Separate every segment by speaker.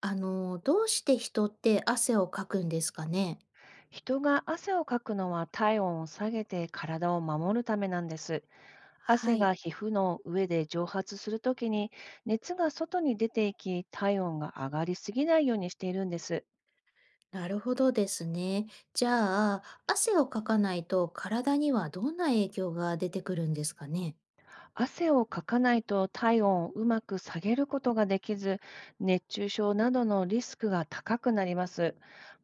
Speaker 1: どうして人って汗をかくんですかね？
Speaker 2: 人が汗をかくのは体温を下げて体を守るためなんです。
Speaker 1: は
Speaker 2: 汗
Speaker 1: い。
Speaker 2: が皮膚の上で蒸発するときに熱が外に出ていき、体温が上がりすぎないようにしているんです。
Speaker 1: なるほどですね。じゃあ、汗をかかないと体にはどんな影響が出てくるんですかね？
Speaker 2: 汗をかかないと体温をうまく下げることができず、熱中症などのリスクが高くなります。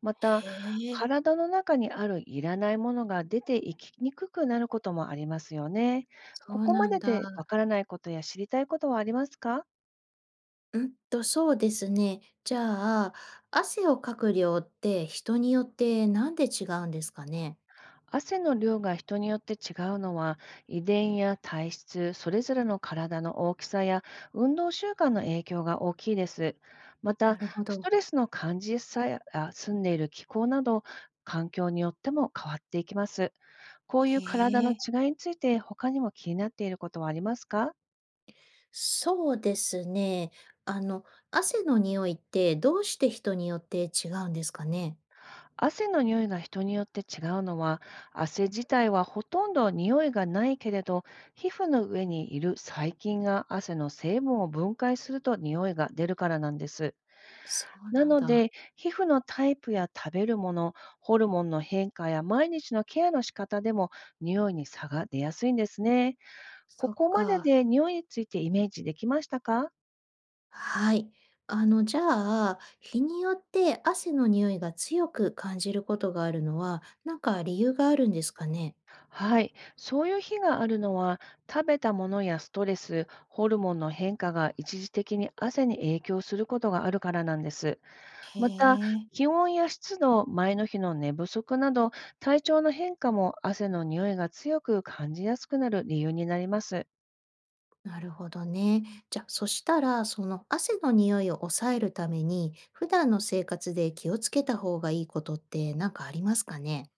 Speaker 2: また、
Speaker 1: へえ、
Speaker 2: 体の中にあるいらないものが出ていきにくくなることもありますよね。
Speaker 1: そ
Speaker 2: こ
Speaker 1: う
Speaker 2: こま
Speaker 1: なん
Speaker 2: で
Speaker 1: だ。
Speaker 2: でわからないことや知りたいことはありますか？
Speaker 1: うんと、そうですね。じゃあ、汗をかく量って人によってなんで違うんですかね？
Speaker 2: 汗の量が人によって違うのは、遺伝や体質、それぞれの体の大きさや運動習慣の影響が大きいです。ま
Speaker 1: な
Speaker 2: た、
Speaker 1: るほ
Speaker 2: スト
Speaker 1: ど。
Speaker 2: レスの感じさやあ住んでいる気候など、環境によっても変わっていきます。こうい
Speaker 1: へ
Speaker 2: う体の
Speaker 1: え、
Speaker 2: 違いについて他にも気になっていることはありますか？
Speaker 1: そうですね。あの、汗の匂いってどうして人によって違うんですかね？
Speaker 2: 汗の匂いが人によって違うのは、汗自体はほとんど匂いがないけれど、皮膚の上にいる細菌が汗の成分を分解すると匂いが出るからなんです。
Speaker 1: そう
Speaker 2: な
Speaker 1: なん
Speaker 2: の
Speaker 1: だ。
Speaker 2: で、皮膚のタイプや食べるもの、ホルモンの変化や毎日のケアの仕方でも匂いに差が出やすいんですね。こ
Speaker 1: そっ
Speaker 2: こまで
Speaker 1: か。
Speaker 2: で匂いについてイメージできましたか？
Speaker 1: はい。じゃあ、日によって汗の匂いが強く感じることがあるのは、なんか理由があるんですかね？
Speaker 2: はい、そういう日があるのは、食べたものやストレス、ホルモンの変化が一時的に汗に影響することがあるからなんです。
Speaker 1: へ
Speaker 2: また、
Speaker 1: え。
Speaker 2: 気温や湿度、前の日の寝不足など、体調の変化も汗の匂いが強く感じやすくなる理由になります。
Speaker 1: なるほどね。じゃ、あそしたら、その汗の匂いを抑えるために、普段の生活で気をつけた方がいいことって何かありますかね？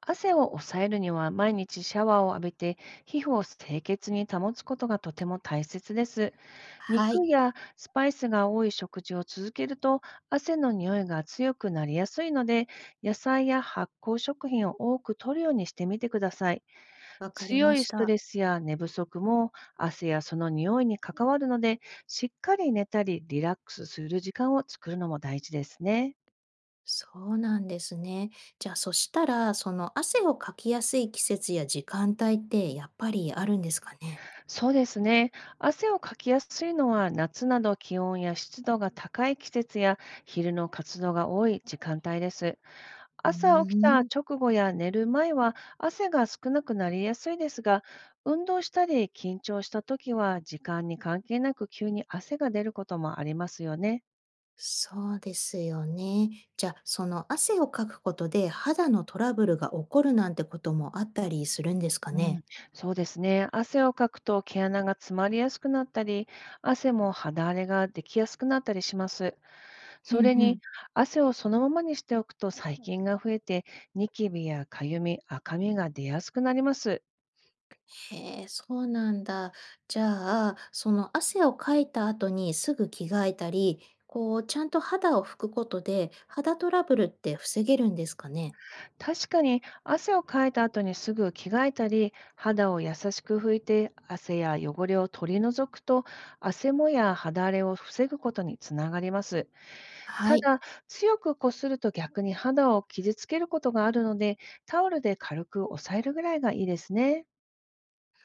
Speaker 2: 汗を抑えるには、毎日シャワーを浴びて、皮膚を清潔に保つことがとても大切です。
Speaker 1: は
Speaker 2: 肉
Speaker 1: い。
Speaker 2: やスパイスが多い食事を続けると汗の匂いが強くなりやすいので、野菜や発酵食品を多く摂るようにしてみてください。
Speaker 1: わかり
Speaker 2: 強
Speaker 1: ま
Speaker 2: い
Speaker 1: し
Speaker 2: スト
Speaker 1: た。
Speaker 2: レスや寝不足も汗やその匂いに関わるので、しっかり寝たりリラックスする時間を作るのも大事ですね。
Speaker 1: そうなんですね。じゃあ、そしたら、その汗をかきやすい季節や時間帯ってやっぱりあるんですかね？
Speaker 2: そうですね。汗をかきやすいのは夏など気温や湿度が高い季節や、昼の活動が多い時間帯です。
Speaker 1: うー
Speaker 2: 朝起きた
Speaker 1: ん。
Speaker 2: 直後や寝る前は汗が少なくなりやすいですが、運動したり緊張した時は時間に関係なく急に汗が出ることもありますよね。
Speaker 1: そうですよね。じゃあ、その汗をかくことで肌のトラブルが起こるなんてこともあったりするんですか
Speaker 2: うん、
Speaker 1: ね？
Speaker 2: そうですね。汗をかくと毛穴が詰まりやすくなったり、汗も肌荒れができやすくなったりします。
Speaker 1: ふ
Speaker 2: そ
Speaker 1: ん
Speaker 2: れ
Speaker 1: ふ
Speaker 2: に、
Speaker 1: ん。
Speaker 2: 汗をそのままにしておくと細菌が増えて、ニキビやかゆみ、赤みが出やすくなります。
Speaker 1: へえ、そうなんだ。じゃあ、その汗をかいた後にすぐ着替えたり、こうちゃんと肌を拭くことで、肌トラブルって防げるんですかね？
Speaker 2: 確かに汗をかいた後にすぐ着替えたり、肌を優しく拭いて汗や汚れを取り除くと、汗もや肌荒れを防ぐことにつながります。
Speaker 1: は
Speaker 2: た
Speaker 1: い。
Speaker 2: だ、強くこすると逆に肌を傷つけることがあるので、タオルで軽く押さえるぐらいがいいですね。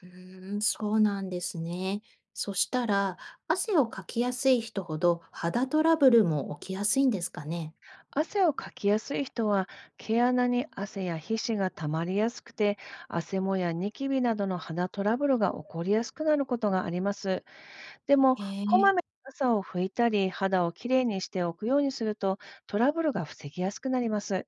Speaker 1: うーん、そうなんですね。そしたら、汗をかきやすい人ほど肌トラブルも起きやすいんですかね。
Speaker 2: 汗をかきやすい人は、毛穴に汗や皮脂がたまりやすくて、汗もやニキビなどの肌トラブルが起こりやすくなることがあります。でも、
Speaker 1: へ
Speaker 2: こま
Speaker 1: え、
Speaker 2: めに朝を拭いたり、肌をきれいにしておくようにすると、トラブルが防ぎやすくなります。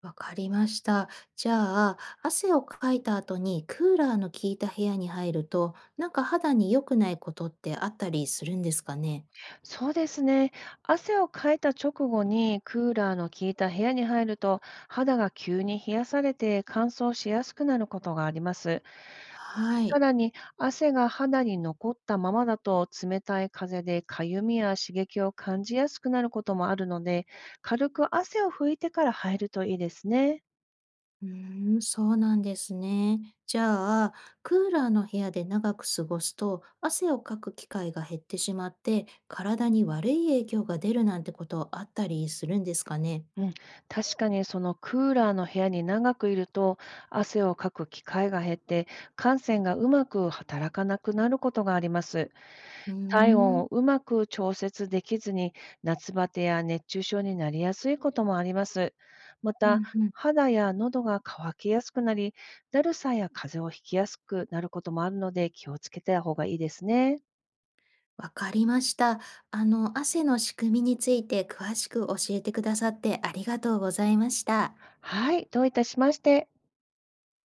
Speaker 1: わかりました。じゃあ、汗をかいた後にクーラーの効いた部屋に入ると、なんか肌に良くないことってあったりするんですかね。
Speaker 2: そうですね。汗をかいた直後にクーラーの効いた部屋に入ると、肌が急に冷やされて乾燥しやすくなることがあります。
Speaker 1: は
Speaker 2: さ
Speaker 1: い。
Speaker 2: らに、汗が肌に残ったままだと、冷たい風でかゆみや刺激を感じやすくなることもあるので、軽く汗を拭いてから入るといいですね。
Speaker 1: うーん、そうなんですね。じゃあ、クーラーの部屋で長く過ごすと、汗をかく機会が減ってしまって、体に悪い影響が出るなんてことあったりするんですかね。
Speaker 2: うん、確かにそのクーラーの部屋に長くいると、汗をかく機会が減って汗腺がうまく働かなくなることがあります。
Speaker 1: うー
Speaker 2: 体温
Speaker 1: ん、
Speaker 2: をうまく調節できずに夏バテや熱中症になりやすいこともあります。ま
Speaker 1: う
Speaker 2: た、
Speaker 1: んうん。
Speaker 2: 肌や喉が渇きやすくなり、だるさや風邪をひきやすくなることもあるので気をつけた方がいいですね。
Speaker 1: わかりました。汗の仕組みについて詳しく教えてくださってありがとうございました。
Speaker 2: はい、どういたしまして。